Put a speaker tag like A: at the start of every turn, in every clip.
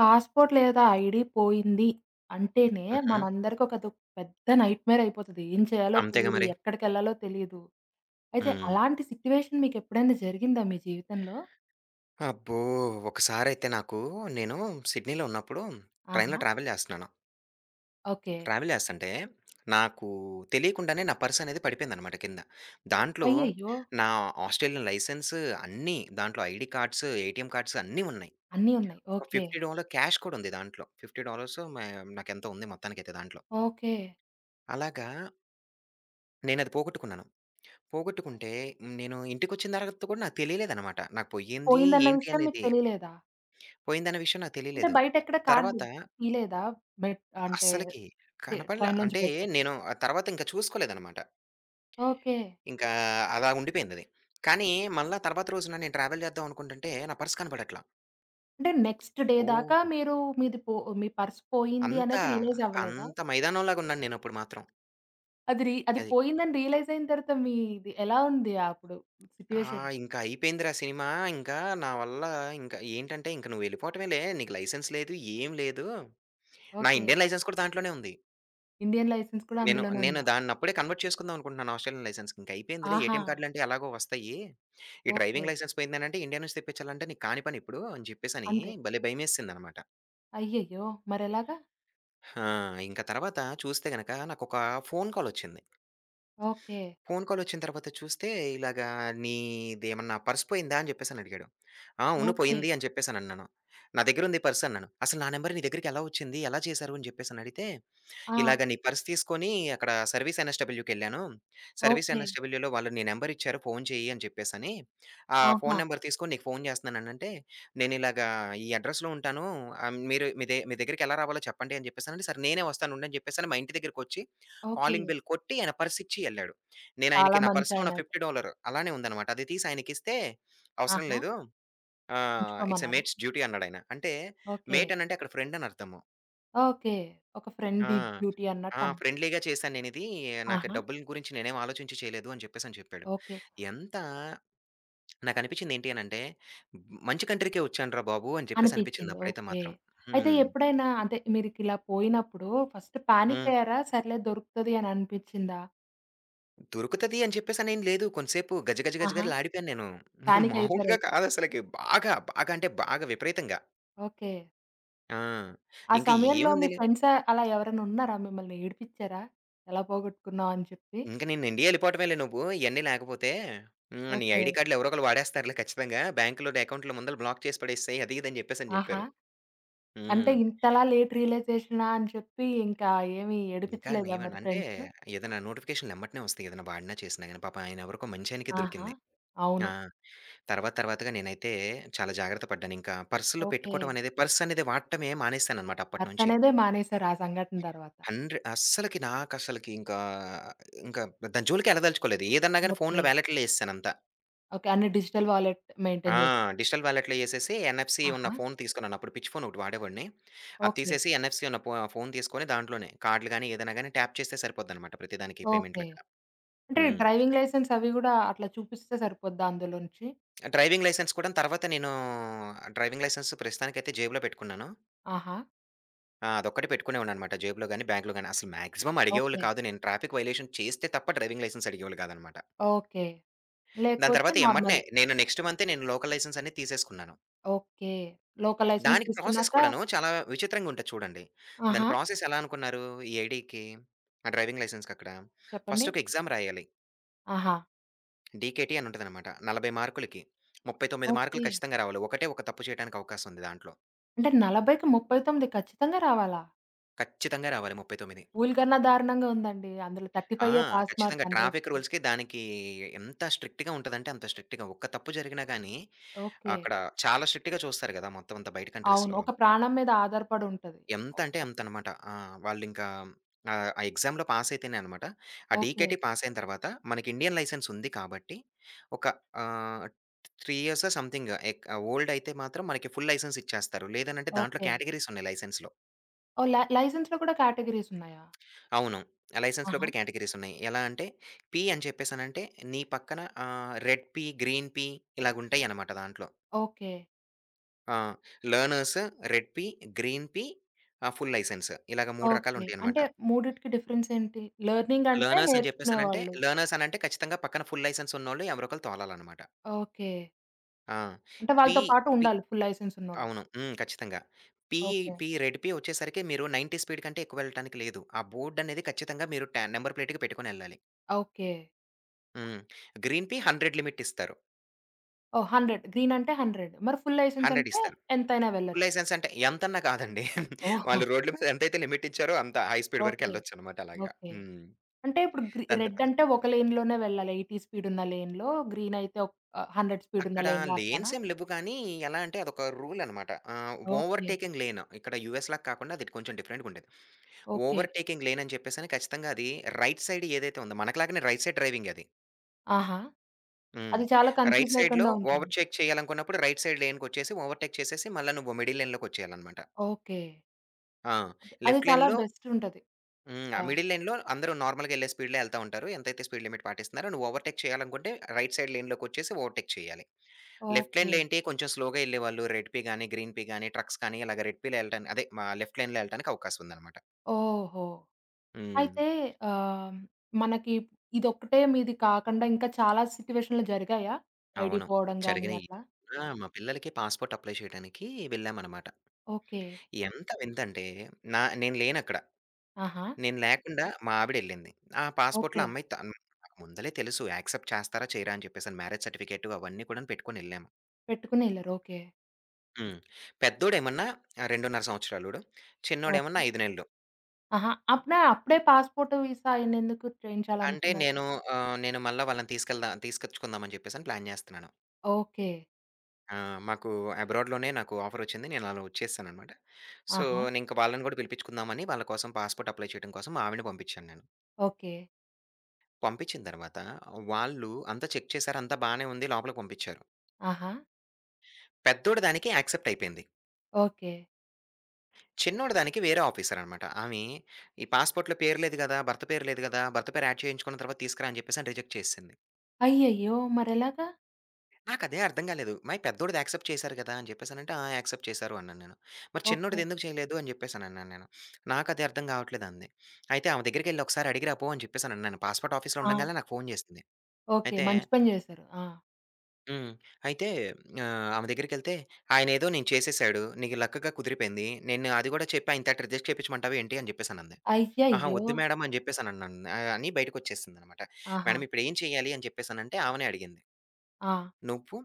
A: Passport లేదా ID పోయింది అంటేనే
B: హుహు.
A: మనందరికి ఒక పెద్ద నైట్‌మేర్ అయిపోతది. ఏం చేయాలో
B: అంతేగా
A: తెలీదు.
B: మరి.
A: ఎక్కడికెళ్ళాలో తెలీదు. అయితే
B: హ్మ్.
A: అలాంటి సిట్యుయేషన్ మీకెప్పుడైనా జరిగిందా మీ జీవితంలో?
B: అబ్బో! ఒకసారైతే నాకు నేను సిడ్నీలో ఉన్నప్పుడు
A: ఆహా!
B: ట్రైన్‌లో ట్రావెల్ చేస్తన్నాను.
A: ఓకే.
B: ట్రావెల్ చేస్తంటే నాకు తెలియకుండానే నా పర్స్ అనేది పడిపోయిందనమాట కింద. దాంట్లో
A: అయ్యయ్యో!
B: నా ఆస్ట్రేలియన్ లైసెన్స్ అన్నీ దాంట్లో ఐడీ కార్డ్స్, ఏటీఎం కార్డ్స్ అన్నీ ఉన్నాయి.
A: అన్నీ ఉన్నాయి.
B: ఒక
A: ఓకే.
B: $50 క్యాష్ కూడా ఉంది దాంట్లో. $50 మే నాకెంతో ఉంది మొత్తానికైతే దాంట్లో.
A: ఓకే.
B: అలాగా నేనది పోగొట్టుకున్నాను. పోగొట్టుకుంటే నేను ఇంటికొచ్చిన తర్వాత కూడా నాకు తెలియలేదనమాట. నాకు పోయింది
A: పోయిందన్న
B: ఏంటి
A: విషయం మీకు
B: అనేది.
A: తెలియలేదా?
B: పోయిందన్న విషయం నాకు
A: అంటే
B: తెలియలేదు.
A: బయటెక్కడ కార్డ్
B: తర్వాత
A: తీయలేదా? మెట్ అంటే
B: అస్సలకి
A: టే
B: కనపడల.
A: ట్రైన్‌లోంచి
B: అంటే
A: బయటకొచ్చాక.
B: నేను ఆ తర్వాత ఇంక చూసుకోలేదనమాట.
A: ఓకే.
B: ఇంకా అలా ఉండిపోయిందది. కానీ మళ్ళా తర్వాత రోజున నేను ట్రావెల్ చేద్దాం అనుకుంటుంటే నా పర్స్ కనపడట్లా.
A: అంటే నెక్స్ట్ డే దాకా
B: ఓహ్!
A: మీరు మీది పో మీ పర్స్ పోయింది
B: అంత
A: అనేది రియలైజ్ అవ్వలేదా?
B: అంత మైదానంలాగా ఉన్నాను నేనప్పుడు మాత్రం.
A: అది
B: అది.
A: పోయిందని రియలైజ్ అయిన తర్వాత మీది ఎలా ఉంది అప్పుడు
B: ఆ!
A: సిట్యుయేషన్?
B: ఇంకా అయిపోయిందిరా సినిమా. ఇంకా నా వల్ల ఇంకా ఏంటంటే ఇంక నువ్వు వెళ్ళిపోవటమేలే. నీకు లైసెన్స్ లేదు. ఏం లేదు. నా
A: ఓకే.
B: ఇండియన్ లైసెన్స్ కూడా దాంట్లోనే ఉంది.
A: ఇండియన్ లైసెన్స్ కూడా
B: నేను
A: అందులోనే
B: నేను
A: ఉందా?
B: దాన్నప్పుడే కన్వర్ట్ చేసుకుందాం అనుకుంటున్నాను ఆస్ట్రేలియన్ లైసెన్స్‌కి. ఇంక అయిపోయిందిలే
A: ఆహా!
B: ఏటీఎం కార్డ్‌లంటే ఎలాగో వస్తాయి. ఈ
A: ఓకే.
B: డ్రైవింగ్ లైసెన్స్ పోయిందనంటే ఇండియా నుంచి తెప్పించాలంటే నీకు కాని పని ఇప్పుడు అని చెప్పేసని
A: అంతే.
B: భలే భయమేసిందనమాట.
A: అయ్యయ్యో! మరెలాగా?
B: ఆ! ఇంక తర్వాత చూస్తే గనక నాకొక ఫోను కాలొచ్చింది.
A: ఓకే.
B: ఫోను కాలొచ్చిన తర్వాత చూస్తే ఇలాగా "నీదేమన్నా పర్స్ పోయిందా?" అని చెప్పేసని అడిగాడు. "ఆ! అవును
A: ఓకే.
B: పోయింది" అని చెప్పేసనన్నాను. "నా దగ్గరుంది పర్స్" అన్నాను. "అసలు నా నంబర్ నీ దగ్గరికెలా వచ్చింది? ఎలా చేశారు?" అని చెప్పేసని అడిగితే
A: ఆ!
B: ఇలాగ నీ పర్స్ తీసుకొని అక్కడ సర్వీస్ ఎన్ఎస్‌డబ్ల్యూ‌కెళ్ళాను. Service
A: okay.
B: ఎన్ఎస్‌డబ్ల్యూ‌లో వాళ్ళు నీ నంబర్ ఇచ్చారు ఫోను చెయ్యి అని చెప్పేసని. ఆ ఫోను
A: ఆహా!
B: నంబర్ తీసుకొని నీకు ఫోను చేస్తున్నాననంటే, నేనిలాగా ఈ అడ్రెస్‌లో ఉంటాను. మీరు మీ దగ్గరికెలా రావాలో చెప్పండి అని చెప్పేసనంటే, సరే నేనే వస్తాను ఉండు అని చెప్పేసని మా ఇంటి దగ్గరికొచ్చి
A: ఓకే.
B: కాలింగ్ బెల్ కొట్టి ఆయన పర్స్ ఇచ్చి యెళ్ళాడు.
A: చాలా
B: నేనాయనకి నా పర్స్‌లో ఉన్న
A: మంచాయనయితే.
B: $50 అలానే ఉందనమాట. అది తీసి ఆయనకిస్తే, "అవసరం
A: ఆహా!
B: లేదు. ఇట్స్ ఎ
A: ఉంచుకోమన్నారా?
B: మేట్స్ డ్యూటీ" అన్నాడాయన. అంటే
A: ఓకే.
B: మేట్ అనంటే అక్కడ ఫ్రెండ్ అని అర్థం.
A: ఓకే. ఒక ఫ్రెండ్
B: ఆ!
A: డ్యూటీ అన్నట్టు
B: ఆ!
A: అన్
B: ఫ్రెండ్లీగా చేశాను నేనిది. నాకు
A: ఆహా!
B: డబ్బుల గురించి నేనేం ఆలోచించి చేయలేదు అని చెప్పేసని చెప్పాడు.
A: ఓకే.
B: ఎంత నాకనిపించింది ఏంటి అనంటే, మంచి కంట్రీకే వచ్చానురా బాబు! అని చెప్పేసి అనిపించింది
A: అనిపిచ్చింది.
B: అప్పుడైతే
A: ఓకే.
B: మాత్రం.
A: అయితే
B: హ్మ్.
A: ఎప్పుడైనా అంటే మీరికిలా పోయినప్పుడు ఫస్ట్
B: హ్మ్.
A: పానికయ్యారా? సర్లే దొరుకుతది అని అనిపిచ్చిందా?
B: దొరుకుతది అని చెప్పేసనేం లేదు. కొంతసేపు గజ గజ గజ
A: ఆహా!
B: గజలాడిపోయాను నేను.
A: పానిక్
B: మామూలుగా
A: అయిపోయారైతే.
B: కాదసలకి. బాగా, బాగా అంటే బాగా విపరీతంగా.
A: ఓకే.
B: ఆ!
A: ఆ
B: ఇంక
A: సమయంలో మీ
B: ఏముందిలే
A: ఫ్రెండ్స్ అలా ఎవరైనా ఉన్నారా? మిమ్మల్ని ఏడిపిచ్చారా? ఎలా పోగొట్టుకున్నావు అని చెప్పి?
B: ఇంక నేను ఇండియా ఎళ్ళిపోవటమేలే నువ్వు, ఇయన్నీ లేకపోతే హ్మ్. నీ
A: ఓకే.
B: ఐడీ కార్డ్‌లు ఎవరో ఒకళ్ళు వాడేస్తారులే ఖచ్చితంగా. బ్యాంక్‌లో నీ అకౌంట్‌లో ముందల బ్లాక్ చేసి పడేసేయి. అది ఇది అని చెప్పేసని
A: ఆహా!
B: చెప్పారు.
A: అంటే
B: హ్మ్.
A: ఇంతలా లేట్ రియలైజేషనా అని చెప్పి ఇంకా ఏమి
B: ఇంకా
A: ఏడిపిచ్చలేదా
B: నీవన్
A: మరి
B: అంటే
A: ఫ్రెండ్స్?
B: ఏదైనా నోటిఫికేషన్‌లు ఎమ్మటనే వస్తాయి. ఏదైనా వాడినా చేసినా గాని. పాపం ఆయన ఎవరికో మంచాయనకే
A: ఆహా!
B: దొరికింది.
A: అవును.
B: ఆ! తర్వాత తర్వాతగా నేనైతే చాలా జాగ్రత్త పడ్డాను. ఇంకా పర్స్‌లో
A: ఓకే.
B: పెట్టుకోవటం అనేది పర్స్ అనేది వాడటమే మానేసాననమాట అప్పటినుంచి.
A: పర్సనేదే మానేశారు ఆ సంఘటన తర్వాత.
B: హండ్రె అస్సలకి నాకసలకి ఇంకా, ఇంకా దాని జోలికే ఎళ్ళదలుచుకోలేదు. ఏదన్నా గాని
A: ఓకే.
B: ఫోన్‌లో వాలెట్‌లో ఎసేసాను అంతా.
A: ఓకే. అన్ని డిజిటల్ వాలెట్
B: ఆ!
A: మెయింటైన్ చేశారు.
B: డిజిటల్ వాలెట్‌లో ఏసేసి ఎన్ఎఫ్‌సి ఉన్న
A: ఆహా!
B: ఫోన్ తీసుకున్నాను. అప్పుడు పిచ్చి ఫోన్ ఒకటి వాడేవాడిని. అది
A: ఓకే.
B: తీసేసి ఎన్ఎఫ్‌సి ఉన్న ఫోన్ తీసుకొని దాంట్లోనే కార్డ్‌లు గాని, ఏదైనా గాని ట్యాప్ చేస్తే సరిపోద్దనమాట ప్రతిదానికి
A: ఓకే.
B: పేమెంట్‌లక్కడ.
A: అంటే
B: హ్మ్.
A: డ్రైవింగ్ లైసెన్స్ అవి గూడా అట్లా చూపిస్తే సరిపోద్దా అందులోంచి?
B: డ్రైవింగ్ లైసెన్స్ కూడా తర్వాత నేను డ్రైవింగ్ లైసెన్స్ ప్రస్తుతానికైతే జేబులో పెట్టుకున్నాను.
A: ఆహా!
B: ఆ! అదొక్కటి పెట్టుకునేవాడిననమాట జేబులో గాని, బ్యాగ్‌లో గాని. అసలు మాక్సిమం అడిగేవాళ్ళు
A: ఓకే.
B: కాదు. నేను ట్రాఫిక్ వయలేషన్ చేస్తే తప్ప డ్రైవింగ్ లైసెన్స్ అడిగేవాళ్ళు కాదనమాట.
A: ఓకే.
B: దాని
A: లేకపోతే
B: తర్వాత ఎమ్మటనే
A: నార్మలే.
B: నేను నెక్స్ట్ మంతే నేను లోకల్ లైసెన్స్ అనేది తీసేసుకున్నాను.
A: ఓకే. లోకల్ లైసెన్స్
B: దానికి ప్రాసెస్
A: తీసుకున్నాక
B: కూడాను చాలా విచిత్రంగుంటది చూడండి.
A: ఆహా!
B: దాని ప్రాసెస్ ఎలా అనుకున్నారు? ఈ ఐడీకి ఆ డ్రైవింగ్ లైసెన్స్‌కక్కడ
A: చెప్పండి.
B: ఫస్ట్ ఒక ఎగ్జామ్ రాయాలి.
A: ఆహా!
B: డీకేటీ అని ఉంటదనమాట. 40 మార్కులకి. 39
A: ఓకే.
B: మార్కులు ఖచ్చితంగా రావాలి. ఒకటే ఒక తప్పు చేయడానికి అవకాశం ఉంది దాంట్లో.
A: అంటే 40కి 39 ఖచ్చితంగా రావాలా?
B: ఖచ్చితంగా రావాలి 39.
A: కూలి కన్నా దారుణంగా ఉందండి. అందులో
B: ఆ!
A: 35 పాస్ మార్క్
B: ఖచ్చితంగా ట్రాఫిక్
A: 100కి.
B: రూల్స్‌కి దానికి ఎంత స్ట్రిక్ట్‌గా ఉంటదంటే అంత స్ట్రిక్ట్‌గా. ఒక్క తప్పు జరిగినా గాని
A: ఓకే.
B: అక్కడ చాలా స్ట్రిక్ట్‌గా చూస్తారు గదా! మొత్తం అంతా బయట
A: అవును.
B: కంట్రీస్‌లో.
A: ఒక ప్రాణం మీద ఆధారపడి ఉంటది.
B: ఎంత
A: ఒక
B: అంటే
A: తప్పు.
B: అంతనమాట. ఆ! వాళ్ళింకా ఆ ఎగ్జామ్‌లో పాసయితేనే అనమాట. ఆ
A: ఓకే.
B: డీకేటీ పాసయిన తర్వాత మనకి ఇండియన్ లైసెన్స్ ఉంది కాబట్టి, ఒక ఆహ్, 3 ఇయర్సో సంథింగ్ ఎక్ ఓల్డ్ అయితే మాత్రం మనకి ఫుల్ లైసెన్స్ ఇచ్చేస్తారు. లేదనంటే దాంట్లో
A: ఓకే.
B: కేటగరీస్ ఉన్నాయి లైసెన్స్‌లో.
A: ఓహ్! లైసెన్స్‌లో కూడా కేటగరీస్ ఉన్నాయా?
B: అవును. లైసెన్స్‌లో
A: ఆహా!
B: కూడా కేటగరీస్ ఉన్నాయి. ఎలా అంటే పీ అని చెప్పేసనంటే నీ పక్కన రెడ్ పీ, గ్రీన్ పీ ఇలాగుంటాయనమాట దాంట్లో.
A: ఓకే.
B: ఆ! Learners, red P, green P, full licence ఇలాగ 3
A: ఓకే.
B: రకాలుంటాయనమాట.
A: అంటే మూడిటికి డిఫరెన్స్ ఏంటి? లెర్నింగ్ అంటే
B: లెర్నర్స్ అని చెప్పేసనంటే,
A: నేర్చుకునేవాళ్ళు.
B: లెర్నర్స్ అనంటే ఖచ్చితంగా పక్కన ఫుల్ లైసెన్స్ ఉన్నోళ్ళు ఎవరో ఒకళ్ళు తోలాలనమాట.
A: ఓకే.
B: ఆ!
A: అంటే
B: పీ
A: వాళ్ళతో పాటు
B: పీ
A: ఉండాలి ఫుల్ లైసెన్స్ ఉన్నోళ్ళు.
B: అవును. హ్మ్. ఖచ్చితంగా. P,
A: okay.
B: P red P వచ్చేసరికి మీరు 90 స్పీడ్ కంటే ఎక్కువ వెళ్ళటానికి లేదు. ఆ బోర్డ్ అనేది ఖచ్చితంగా మీరు నంబర్ ప్లేట్‌కి పెట్టుకొనెళ్ళాలి.
A: ఓకే.
B: హ్మ్. గ్రీన్ పీ 100 లిమిట్ ఇస్తారు.
A: ఓహ్! 100 గ్రీన్ అంటే 100 మరి ఫుల్ లైసెన్స్
B: 100
A: అంటే
B: ఇస్తారు.
A: ఎంతైనా
B: ఫుల్
A: వెళ్ళొచ్చు.
B: లైసెన్స్ అంటే ఎంతన్నా కాదండి.
A: ఓహ్!
B: వాళ్ళు రోడ్ల మీద ఎంతైతే లిమిట్ ఇచ్చారో అంత హై స్పీడ్ వరకు
A: ఓకే.
B: ఎళ్ళొచ్చనమాట అలాగా.
A: ఓకే.
B: హ్మ్.
A: అంటే ఇప్పుడు
B: దాని
A: రెడ్
B: తర్వాత
A: అంటే ఒక లేన్‌లోనే వెళ్ళాలి. 80 స్పీడ్ ఉన్న లేన్‌లో, గ్రీన్ అయితే 100 స్పీడ్ ఉన్న
B: అక్కడ
A: లేన్‌లో అట్లానా?
B: లేన్స్ ఏం లెవ్వు కానీ, ఎలా అంటే అదొక రూల్ అనమాట.
A: ఓకే.
B: Overtaking lane. ఇక్కడ యూఎస్‌లాగా కాకుండా అది కొంచెం డిఫరెంట్‌గా ఉండేది.
A: ఓకే.
B: ఓవర్‌టేకింగ్ లేన్ అని చెప్పేసని ఖచ్చితంగా అది రైట్ సైడ్ ఏదైతే ఉందో మనకులాగానే రైట్ సైడ్ డ్రైవింగే అది.
A: ఆహా!
B: హ్మ్.
A: అది చాలా కన్‌ఫ్యూజ్
B: రైట్ సైడ్‌లో
A: లేకుండా ఉంటుంది.
B: ఓవర్‌టేక్ చేయాలనుకున్నప్పుడు రైట్ సైడ్ లేన్‌కొచ్చేసి ఓవర్‌టేక్ చేసేసి మళ్ళా నువ్వు మిడిల్ లేన్‌లోకొచ్చేయాలనమాట.
A: ఓకే.
B: ఆ!
A: అది అది
B: లెఫ్ట్
A: చాలా
B: లేన్‌లో
A: బెస్ట్ ఉంటది.
B: హ్మ్.
A: ఆ!
B: మిడిల్ లేన్‌లో అందరూ నార్మల్‌గా ఎళ్ళే స్పీడ్‌లో ఎళ్తా ఉంటారు. ఎంతైతే స్పీడ్ లిమిట్ పాటిస్తున్నారో నువ్వు ఓవర్‌టేక్ చేయాలనుకుంటే రైట్ సైడ్ లేన్‌లోకొచ్చేసి ఓవర్‌టేక్ చేయాలి. Left
A: okay.
B: లైన్‌లో ఏంటి కొంచెం స్లోగా ఎళ్ళేవాళ్ళు. రెడ్ పీ గాని, గ్రీన్ పీ గాని, ట్రక్స్ కానీ ఇలాగ రెడ్ పీలో ఎళ్ళటానికి అదే మా లెఫ్ట్ లైన్‌లో ఎళ్ళటానికి అవకాశం ఉందనమాట.
A: ఓహో!
B: హ్మ్.
A: అయితే ఆహ్, మనకి ఇదొక్కటే మీది కాకుండా ఇంకా చాలా సిట్యుయేషన్‌లు జరిగాయా? ఐడీ
B: అవును.
A: పోవడం గాని
B: జరిగినియి.
A: అట్లా?
B: ఆ! మా పిల్లలకి పాస్‌పోర్ట్ అప్లై చేయడానికి వెళ్ళామనమాట.
A: ఓకే.
B: ఎంత వింతంటే నేను లేనక్కడ.
A: ఆహా!
B: నేను లేకుండా మా ఆవిడెళ్ళింది. ఆ పాస్‌పోర్ట్‌లో
A: ఓకే.
B: అమ్మాయి తను నాకు ముందలే తెలుసు యాక్సెప్ట్ చేస్తారా? చేయరా? అని చెప్పేసని మ్యారేజ్ సర్టిఫికేట్ అవన్నీ కూడాను పెట్టుకొని ఎళ్ళాము.
A: పెట్టుకునెళ్లారు. ఓకే.
B: హ్మ్. పెద్దోడేమన్నా 2.5 సంవత్సరాలోడు.
A: ఓకే.
B: చిన్నోడేమన్నా 5 నెలలు.
A: ఆహా! అప్పుడే అప్పుడే పాస్‌పోర్ట్, వీసా ఆయన్నెందుకు
B: అంటే
A: చేయించాలనుకున్నారు?
B: నేను నేను మళ్ళా వాళ్ళని తీసుకొచ్చుకుందాం అని చెప్పేసని ప్లాన్ జేస్తున్నాను.
A: ఓకే.
B: ఆ! మాకు అబ్రాడ్‌లోనే నాకు ఆఫరొచ్చింది. నేను అలా వచ్చేసాననమాట. సో,
A: ఆహా!
B: నేనింక వాళ్ళని గూడా పిలిపించుకుందామని వాళ్ళ కోసం పాస్‌పోర్ట్ అప్లై చేయడం కోసం మా ఆవిడని పంపించాను నేను.
A: ఓకే.
B: పంపించిన తర్వాత వాళ్ళు అంతా చెక్ చేసారు. అంతా బానే ఉంది. లోపలికి పంపించారు.
A: ఆహా!
B: పెద్దోడి దానికి యాక్సెప్ట్ అయిపోయింది.
A: ఓకే.
B: చిన్నోడి దానికి వేరే ఆఫీసరనమాట. ఆమె ఈ పాస్‌పోర్ట్‌లో పేరు లేదు గదా! భర్త పేరు లేదు గదా! భర్త పేరు యాడ్ చేయించుకున్న తర్వాత తీసుకురా అని చెప్పేసని రిజెక్ట్ చేసేసింది.
A: అయ్యయ్యో! మరెలాగా?
B: నాకదే అర్థం కాలేదు. మరి పెద్దోడిది యాక్సెప్ట్ చేశారు గదా! అని చెప్పేసనంటే, "ఆ! యాక్సెప్ట్ చేశారు" అన్నాను నేను. మరి
A: ఓకే.
B: చిన్నోడిది ఎందుకు చేయలేదు అని చెప్పేసనన్నాను నేను. "నాకది అర్థం గావట్లేదు" అంది. అయితే ఆమె దగ్గరికెళ్ళి ఒకసారి అడిగిరా పో అని చెప్పేసనన్నాను. పాస్‌పోర్ట్ ఆఫీస్‌లో
A: ఆ!
B: ఉండంగాల్నే నాకు ఫోను చేసింది.
A: ఓకే.
B: అయితే
A: మంచి పని జేశారు. ఆ!
B: హ్మ్. అయితే ఆమె దగ్గరికెళ్తే, "ఆయనేదో నేను చేసేసాడు. నీకు లక్కగా కుదిరిపోయింది. నేను అది గూడా చెప్పి ఆయన తట రిజెక్ట్ చేపించమంటావా ఏంటి?" అని చెప్పేసనంది. "ఆహా!
A: అయ్యయ్యో!
B: వద్దు మేడం" అని చెప్పేసనన్నాను. అని బయటికొచ్చేసిందనమాట.
A: ఆహా!
B: "మేడం ఇప్పుడేం చేయాలి?" అని చెప్పేసనంటే ఆమెనే అడిగింది.
A: ఆ!
B: నువ్వు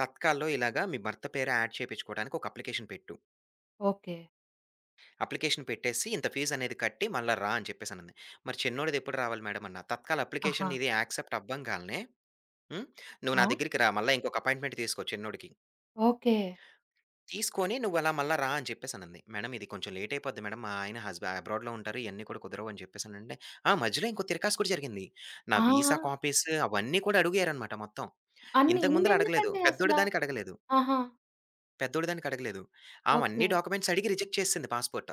B: తత్కాల్లో ఇలాగా మీ భర్త పేరు యాడ్ చేపిచ్చుకోవడానికి ఒక అప్లికేషన్ పెట్టు.
A: ఓకే.
B: అప్లికేషన్ పెట్టేసి ఇంత ఫీజ్ అనేది కట్టి మళ్ళా రా అని చెప్పేసనంది. మరి చిన్నోడిది ఎప్పుడు రావాలి మేడమ్ అన్నా. తత్కాల్
A: ఆహా!
B: అప్లికేషన్ ఇది యాక్సెప్ట్ అవ్వంగాల్నే హ్మ్. నువ్వు
A: ఆ!
B: నా దగ్గరికి రా మళ్ళా ఇంకొక అపాయింట్‌మెంట్ తీసుకో చిన్నోడికి.
A: ఓకే.
B: తీసుకొని నువ్వు అలా మళ్ళా రా అని చెప్పేసనంది. మేడమ్ ఇది కొంచెం లేట్ అయిపోద్ది మేడమ్. మా ఆయన అబ్రాడ్‌లో ఉంటారు. ఇయన్నీ కూడా కుదరవు అని చెప్పేసనంటే, ఆ! మధ్యలో ఇంకో తిరకాసు కూడా జరిగింది. నా
A: ఆ! ఆ!
B: వీసా కాపీస్ అవన్నీ కూడా అడిగారనమాట మొత్తం.
A: అన్ని
B: ఇంతకు ముందుల అడగలేదు.
A: ఇన్నెందుకండి
B: పెద్దోడి
A: అసలా?
B: దానికి అడగలేదు.
A: ఆహా!
B: పెద్దోడి దానికి అడగలేదు. ఆమె
A: ఓకే.
B: అన్ని డాక్యుమెంట్స్ అడిగి రిజెక్ట్ చేసేసింది పాస్‌పోర్ట్.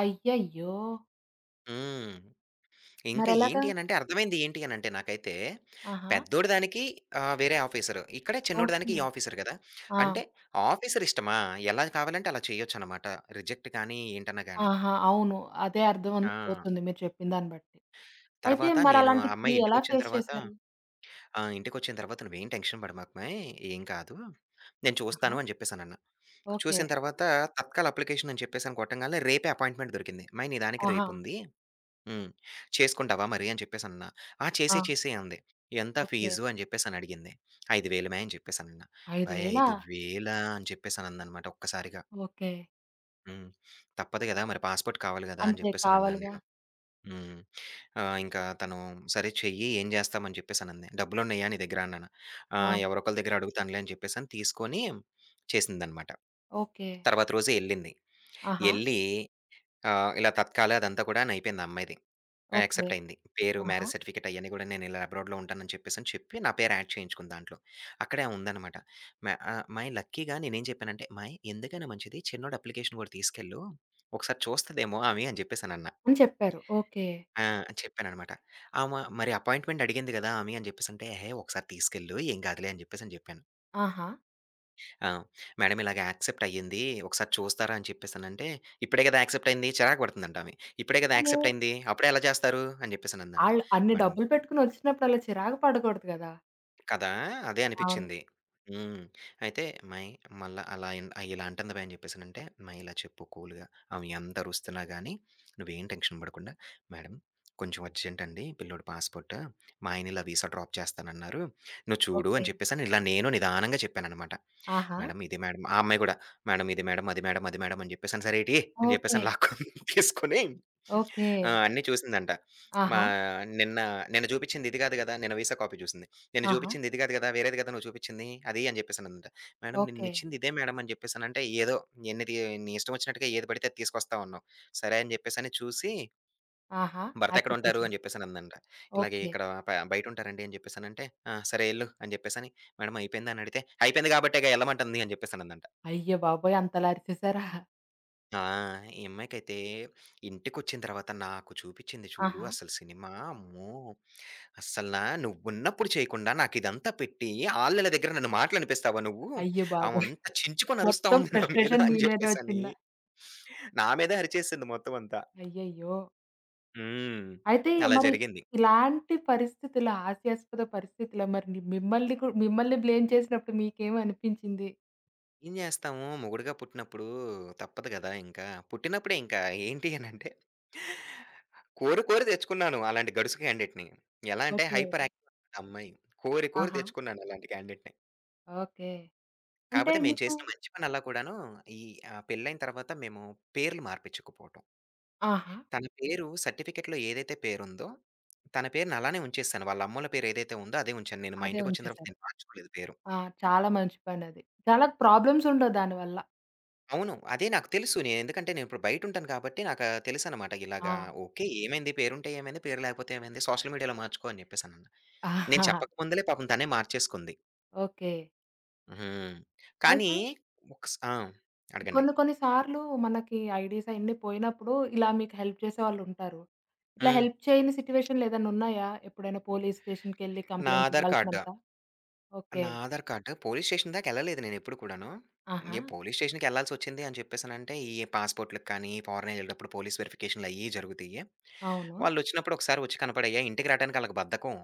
A: అయ్యయ్యో!
B: హ్మ్. ఇంకా
A: మరెలాగా?
B: ఏంటి అనంటే అర్థమైంది ఏంటి అనంటే నాకైతే,
A: ఆహా!
B: పెద్దోడి దానికి వేరే ఆఫీసరు. ఇక్కడ చిన్నోడి దానికి
A: ఓకే.
B: ఈ ఆఫీసర్ గదా!
A: ఆ!
B: అంటే ఆఫీసర్ ఇష్టమా? ఎలా కావాలంటే అలా చేయొచ్చనమాట. రిజెక్ట్ కానీ, ఏంటన్నా గాని.
A: ఆహా! అవును. అదే అర్థం అన్
B: ఆ!
A: అవుతుంది మీరు చెప్పిన దాన్ని బట్టి. అయితే
B: తర్వాత నేను ఆ
A: మరలాంటిది
B: అమ్మాయి
A: ఎలా
B: ఇంటికొచ్చిన
A: ఫేస్
B: తర్వాత
A: చేశారు?
B: ఆ! ఇంటికొచ్చిన తర్వాత "నువ్వేం టెన్షన్ పడమాకు మాయి. ఏం కాదు. నేను
A: ఆహా!
B: చూస్తాను" అని జెప్పేసానన్నా.
A: ఓకే.
B: చూసిన తర్వాత తత్కాల్ అప్లికేషన్ అని చెప్పేసని కొట్టంగాల్నే రేపే అపాయింట్మెంట్ దొరికింది. "అమ్మాయి నీ దానికి
A: ఆహా!
B: రేపుంది" హ్మ్. "చేసుకుంటావా మరి?" అని చెప్పేసనన్నా. "ఆ!
A: ఆ!
B: చేసేయి, చేసేయి" అంది. "ఎంత
A: ఓకే.
B: ఫీజు?" అని చెప్పేసనడిగింది. "50,000 మే" అని చెప్పేసనన్నా. "అబ్బాయి
A: 5,000
B: 5,000" అని చెప్పేసనందనమాట ఒక్కసారిగా.
A: ఓకే.
B: హ్మ్. "తప్పదు గదా! మరి పాస్‌పోర్ట్ కావాలి గదా!" అని
A: అంతే
B: చెప్పేసనన్నాను
A: కావాలిగా.
B: నేను. హ్మ్. ఇంకా తను "సరే చెయ్యి, ఏం జేస్తామని" చెప్పేసనంది. "డబ్బులున్నయ్యా నీ దగ్గర?" అన్నాను. "ఆ!
A: ఆ!
B: ఎవరొకళ్ళ దగ్గర అడుగుతానులే" అని చెప్పేసని తీసుకొని చేసిందనమాట.
A: ఓకే.
B: తర్వాత రోజే యెళ్ళింది.
A: ఆహా!
B: యెళ్ళి ఇలా తత్కాలు అదంతా కూడాను అయిపోయింది ఆ అమ్మాయిది. ఆ!
A: ఓకే.
B: యాక్సెప్ట్ అయింది. పేరు,
A: ఆహా!
B: మ్యారేజ్ సర్టిఫికేట్ అయన్నీ గూడా నేను ఇలా అబ్రాడ్‌లో ఉంటానని చెప్పేసని చెప్పి, నా పేరు యాడ్ చేయించుకుంది దాంట్లో. అక్కడే ఉందనమాట. "అమ్మాయి లక్కీగా నేనేం చెప్పానంటే, "అమ్మాయి ఎందుకైనా మంచిది చిన్నోడి అప్లికేషన్ గూడా తీసుకెళ్ళు. ఒకసారి చూస్తదేమో ఆమె" అని జెప్పేసనన్నా.
A: అని చెప్పారు. ఓకే.
B: ఆ! చెప్పాననమాట. ఆమ "మరి అపాయింట్‌మెంట్ అడిగింది గదా! ఆమె" అని జెప్పేసంటే, "ఎహే! ఒకసారి తీసుకెళ్ళు ఏం గాదులే" అని జెప్పేసని జెప్పాను.
A: ఆహా!
B: ఆ! "మేడం ఇలాగ యాక్సెప్ట్ అయ్యింది. ఒకసారి చూస్తారా?" అని చెప్పేసనంటే, "ఇప్పుడే గదా యాక్సెప్ట్ అయింది" చిరాకు పడుతుందంట ఆమె. "ఇప్పుడే గదా
A: కానీ
B: యాక్సెప్ట్ అయింది. అప్పుడే ఎలా జేస్తారు?" అని జెప్పేసనందంట.
A: ఆళ్ళు అన్ని
B: మేడం
A: డబ్బులు పెట్టుకొని వచ్చినప్పుడు అలా చిరాకు పడకూడదు గదా!
B: కదా! అదే
A: అవును.
B: అనిపిచ్చింది. హ్మ్. అయితే "అమ్మాయి మళ్ళా అలా ఇలా అంటుందివే" అని చెప్పేసనంటే, "అమ్మాయి ఇలా చెప్పు కూల్‌గా. ఆమె ఎంత అరుస్తున్నా గానీ, నువ్వేం టెన్షన్ పడకుండా, మేడం కొంచెం అర్జెంట్ అండి పిల్లోడి పాస్‌పోర్ట్. మా ఆయన ఇలా వీసా డ్రాప్ చేస్తానన్నారు. నువ్వు చూడు"
A: ఓకే.
B: అని చెప్పేసని ఇలా నేను నిదానంగా చెప్పాననమాట.
A: ఆహా!
B: "మేడం ఇది మేడం" ఆ అమ్మాయి గూడా "మేడం ఇది మేడం, అది మేడం, అది మేడం" అని చెప్పేసని, "సరే ఇటీయి" అని
A: ఓకే.
B: చెప్పేసని లాక్కొని తీసుకొని
A: ఓకే.
B: ఆ! అన్నీ చూసిందంట. మా
A: ఆహా!
B: నిన్న నిన్న చూపించింది ఇది కాదు గదా! నిన్న వీసా కాపీ చూసింది. నిన్న
A: ఆహా!
B: చూపించింది ఇది కాదు గదా! వేరేది గదా! నువ్వు చూపించింది. అది అని చెప్పేసనందంట. Madam
A: okay.
B: నిన్నిచ్చింది ఇదే మేడం అని చెప్పేసనంటే, ఏదో ఎన్ని తీ నీ ఇష్టం వచ్చినట్టుగా ఏది పడితే అది తీసుకొస్తా ఉన్నావు. సరే అని చెప్పేసని చూసి,
A: ఆహా!
B: భర్త
A: యాక్సెప్ట్
B: ఎక్కడుంటారు?
A: చేసింది.
B: అని చెప్పేసనందంట. ఇలాగ
A: ఓకే.
B: ఇక్కడ బయటుంటారండి అని చెప్పేసనంటే, "ఆ! సరే ఎళ్ళు" అని చెప్పేసని, మేడం అయిపోయిందా? అని అడిగితే, అయిపోయింది కాబట్టేగా ఎళ్ళమంటుంది అని చెప్పేసనందంట.
A: అయ్య బాబోయ్! అంతలా అరిచేసారా?
B: ఆ! ఈ అమ్మాయికైతే ఇంటికొచ్చిన తర్వాత నాకు చూపించింది చూడు
A: ఆహా!
B: అసలు సినిమా అమ్మో! అస్సలా నువ్వున్నప్పుడు చేయకుండా నాకిదంతా పెట్టి, ఆళ్ళీళ్ళ దగ్గర నన్ను మాటలనిపిస్తావా నువ్వు?
A: అయ్య బాబోయ్!
B: ఆమంత చించుకొని అరుస్తా
A: మొత్తం
B: ఉంది నా మీద
A: ఫ్రస్ట్రేషన్ మీ
B: అని
A: మీదే
B: జెప్పేసని,
A: వచ్చిందా?
B: నా మీదే అరిచేసింది మొత్తం అంతా.
A: అయ్యయ్యో!
B: హ్మ్.
A: అయితే
B: అలా
A: మరి
B: జరిగింది.
A: ఇలాంటి పరిస్థితుల్లో, హాస్యాస్పద పరిస్థితిలో మరి ని మిమ్మల్ని కు మిమ్మల్ని బ్లేమ్ చేసినప్పుడు మీకేమనిపించింది?
B: ఏం జేస్తాము మొగుడుగా పుట్టినప్పుడు తప్పదు గదా! ఇంకా. పుట్టినప్పుడే ఇంకా ఏంటి అనంటే, కోరి కోరి తెచ్చుకున్నాను అలాంటి గడుసు క్యాండిడేట్‌ని. ఎలా అంటే హైపర్
A: ఓకే.
B: యాక్టివ్ అమ్మాయి. కోరి కోరి
A: ఆహా!
B: తెచ్చుకున్నాను అలాంటి క్యాండిడేట్‌ని.
A: ఓకే. అంటే
B: కాకపోతే మేము
A: మీకు
B: చేసిన మంచి పనల్లా కూడాను, ఈ పెళ్ళైన తర్వాత మేము పేర్లు మార్పిచ్చకపోవటం.
A: ఆహా!
B: తన పేరు సర్టిఫికెట్‌లో ఏదైతే పేరుందో, తన పేరుని అలానే ఉంచేసాను. వాళ్ళ అమ్మోళ్ళ పేరు ఏదైతే ఉందో అదే ఉంచాను. నేను మా
A: అదే
B: ఇంటికొచ్చిన తర్వాత
A: ఉంచేశారు.
B: నేను మార్చుకోలేదు పేరు.
A: ఆ! చాలా మంచి పనది. చాలా ప్రాబ్లమ్స్ ఉండవు దానివల్ల.
B: అవును. అదే నాకు తెలుసు. నేను ఎందుకంటే నేను ఇప్పుడు బయటుంటాను కాబట్టి నాకు తెలుసనమాట.
A: ఆ!
B: ఇలాగా ఓకే. ఏమైంది? పేరుంటే ఏమైంది? పేరు లేకపోతే ఏమైంది? సోషల్ మీడియాలో మార్చుకో అని జెప్పేసనన్నా. నేను చెప్పక ముందులే పాపం తనే మార్చేసుకుంది.
A: ఓకే.
B: హ్మ్. కానీ
A: అయితే
B: ఆ! అడగండి.
A: కొన్ని కొన్ని సార్లు మనకి ఐడీస్ అయన్నీ పోయినప్పుడు ఇలా మీకు హెల్ప్ చేసేవాళ్ళుంటారు. ఇట్లా
B: హ్మ్.
A: హెల్ప్ చేయని సిట్యుయేషన్‌లు ఏదైనా ఉన్నాయా? ఎప్పుడైనా పోలీస్ స్టేషన్‌కెళ్లి
B: నా
A: కంప్లెయింట్
B: ఆధార్ కార్డ్.
A: ఇవ్వాల్సినంత? ఓకే.
B: నా ఆధార్ కార్డ్ పోలీస్ స్టేషన్ దాకా ఎళ్ళలేదు నేనెప్పుడు కూడాను.
A: ఆహా!
B: ఏ పోలీస్ స్టేషన్‌కి ఎళ్ళాల్సొచ్చింది అని చెప్పేసనంటే, ఈ పాస్‌పోర్ట్‌లకి కానీ, ఫారెన్ ఎళ్ళేటప్పుడు పోలీస్ వెరిఫికేషన్‌లయ్యి జరుగుతాయి.
A: అవును.
B: వాళ్ళొచ్చినప్పుడు ఒకసారి వచ్చి కనపడయ్యా. ఇంటికి రావడానికి ఆళ్ళకి బద్ధకం.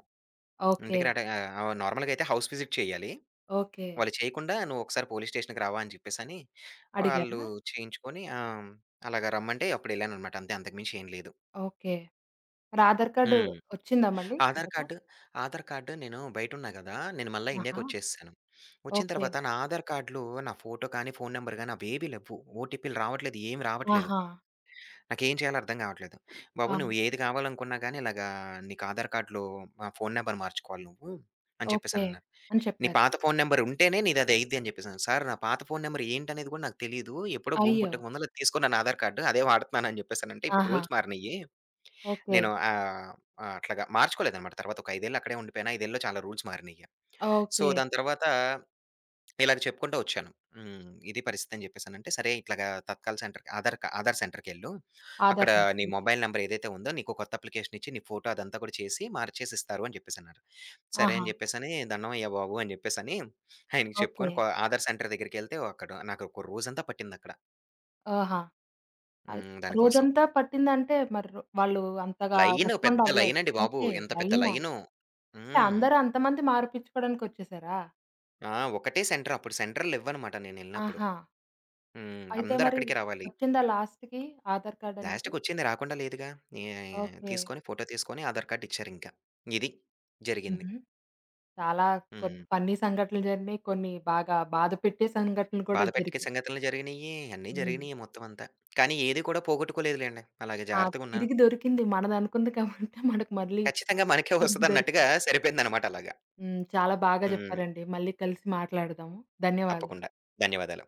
A: ఓకే.
B: ఇంటికి రాట నార్మల్‌గా అయితే హౌస్ విజిట్ చేయాలి.
A: ఓకే.
B: వాళ్ళు చేయకుండా "నువ్వు ఒకసారి పోలీస్ స్టేషన్‌కి రావా" అని చెప్పేసని వాళ్ళు
A: అడిగారా?
B: చేయించుకొని ఆ! అలాగా రమ్మంటే అప్పుడెళ్ళాననమాట అంతే. అంతకు మించి ఏం లేదు.
A: ఓకే. మరి ఆధార్ కార్డ్
B: హ్మ్.
A: వచ్చిందా మళ్ళీ
B: ఆధార్
A: తర్వాత?
B: కార్డ్, ఆధార్ కార్డ్ నేను బయటున్నా గదా! నేను మళ్ళా
A: ఆహా!
B: ఇండియాకొచ్చేసాను. వచ్చిన
A: ఓకే.
B: తర్వాత నా ఆధార్ కార్డ్‌లో నా ఫోటో కానీ, ఫోను నంబర్ గాని అవేవి లెవ్వు. ఓటీపీలు రావట్లేదు. ఏమి రావట్లేదు.
A: ఆహా!
B: నాకేం చేయాలో అర్థం గావట్లేదు. బాబు
A: ఆ!
B: నువ్వు ఏది కావాలనుకున్నా గాని ఇలాగా నీకు ఆధార్ కార్డ్‌లో ఫోను నంబర్ మార్చుకోవాలి నువ్వు అని
A: ఓకే.
B: చెప్పేసనన్నారు.
A: అని
B: నీ
A: చెప్పారు.
B: పాత ఫోను నంబర్ ఉంటేనే నీదది అయిద్ది అని చెప్పేసన్నాను. సార్ నా పాత ఫోను నంబర్ ఏంటనేది గూడా నాకు తెలీదు. ఎప్పుడో భూమి
A: అయ్యో!
B: పుట్టక ముందల తీసుకున్నాను ఆధార్ కార్డ్. అదే వాడుతున్నాను అని జెప్పేసనంటే ఇప్పుడు
A: ఆహా!
B: రూల్స్ మారినియి.
A: ఓకే.
B: నేను ఆహ్, ఆహ్, అట్లాగా మార్చుకోలేదనమాట. తర్వాత ఒక 5 ఏళ్ళు అక్కడే ఉండిపోయాను. 5 ఏళ్ళలో చాలా రూల్స్ మారినియి. So,
A: okay.
B: దాని తర్వాత ఇలాగ చెప్పుకుంటూ వచ్చాను. హ్మ్. ఇది పరిస్థితి అని చెప్పేసనంటే, సరే ఇట్లాగా తత్కాల్ సెంటర్ ఆధార్ సెంటర్‌కెళ్ళు. అక్కడ
A: ఆధార్ సెంటర్.
B: నీ
A: ఓకే.
B: మొబైల్ నంబర్ ఏదైతే ఉందో, నీకో కొత్త అప్లికేషన్ ఇచ్చి, నీ ఫోటో అదంతా కూడా చేసి, మార్చేసి ఇస్తారు అని చెప్పేసన్నారు. సరే
A: ఆహా!
B: అని చెప్పేసని, దండమయ్య బాబు అని చెప్పేసని ఆయనకి
A: ఓకే.
B: చెప్పుకొని, ఆధార్ సెంటర్ దగ్గరికెళ్తే అక్కడ నాకు ఒక రోజంతా పట్టిందక్కడ.
A: ఆహా! అయి
B: హ్మ్. దానికోసం.
A: రోజంతా పట్టిందంటే మరి వాళ్ళు అంతగా
B: లైను
A: రెస్పాండ్
B: పెద్ద
A: అవ్వలేదు.
B: లైనండి బాబు.
A: ఓకే.
B: ఎంత పెద్ద
A: లైనా?
B: లైను.
A: అంటే
B: హ్మ్.
A: అందరూ అంతమంది మార్పిచ్చుకోవడానికొచ్చేసారా?
B: ఆ! ఒకటే సెంటర్. అప్పుడు సెంటర్‌లివ్వనమాట నేనెళ్ళినప్పుడు.
A: ఆహా!
B: హ్మ్.
A: అయితే మరి
B: అందరక్కడికే రావాలి.
A: వచ్చిందా లాస్ట్‌కి ఆధార్ కార్డ్ అనేది?
B: లాస్ట్‌కొచ్చింది రాకుండా లేదుగా. ఏ
A: ఓకే.
B: తీసుకొని ఫోటో తీసుకొని ఆధార్ కార్డ్ ఇచ్చారింకా. ఇది జరిగింది.
A: హుహు. చాలా
B: హ్మ్.
A: కొన్ని ఫన్నీ సంఘటనలు జరిగినాయి. కొన్ని బాగా బాధ పెట్టే సంఘటనలు కూడా
B: బాధ పెట్టే
A: జరిగినాయి.
B: సంఘటనలు జరిగినియి. అన్నీ
A: హ్మ్.
B: జరిగినియి మొత్తం అంతా. కానీ ఏది కూడా పోగొట్టుకోలేదులెండి. అలాగే
A: ఆ!
B: జాగ్రత్తగున్నాను.
A: తిరిగి దొరికింది. మనదనుకుంది కాబట్టి మనకు మళ్ళీ
B: ఖచ్చితంగా మనకే
A: తిరిగి
B: వస్తదన్నట్టుగా
A: దొరికింది.
B: సరిపోయిందనమాట అలాగా.
A: హ్మ్. చాలా బాగా
B: హ్మ్.
A: చెప్పారండి. మళ్ళీ కలిసి మాట్లాడదాము. ధన్యవాదాలు.
B: తప్పకుండా. ధన్యవాదాలు.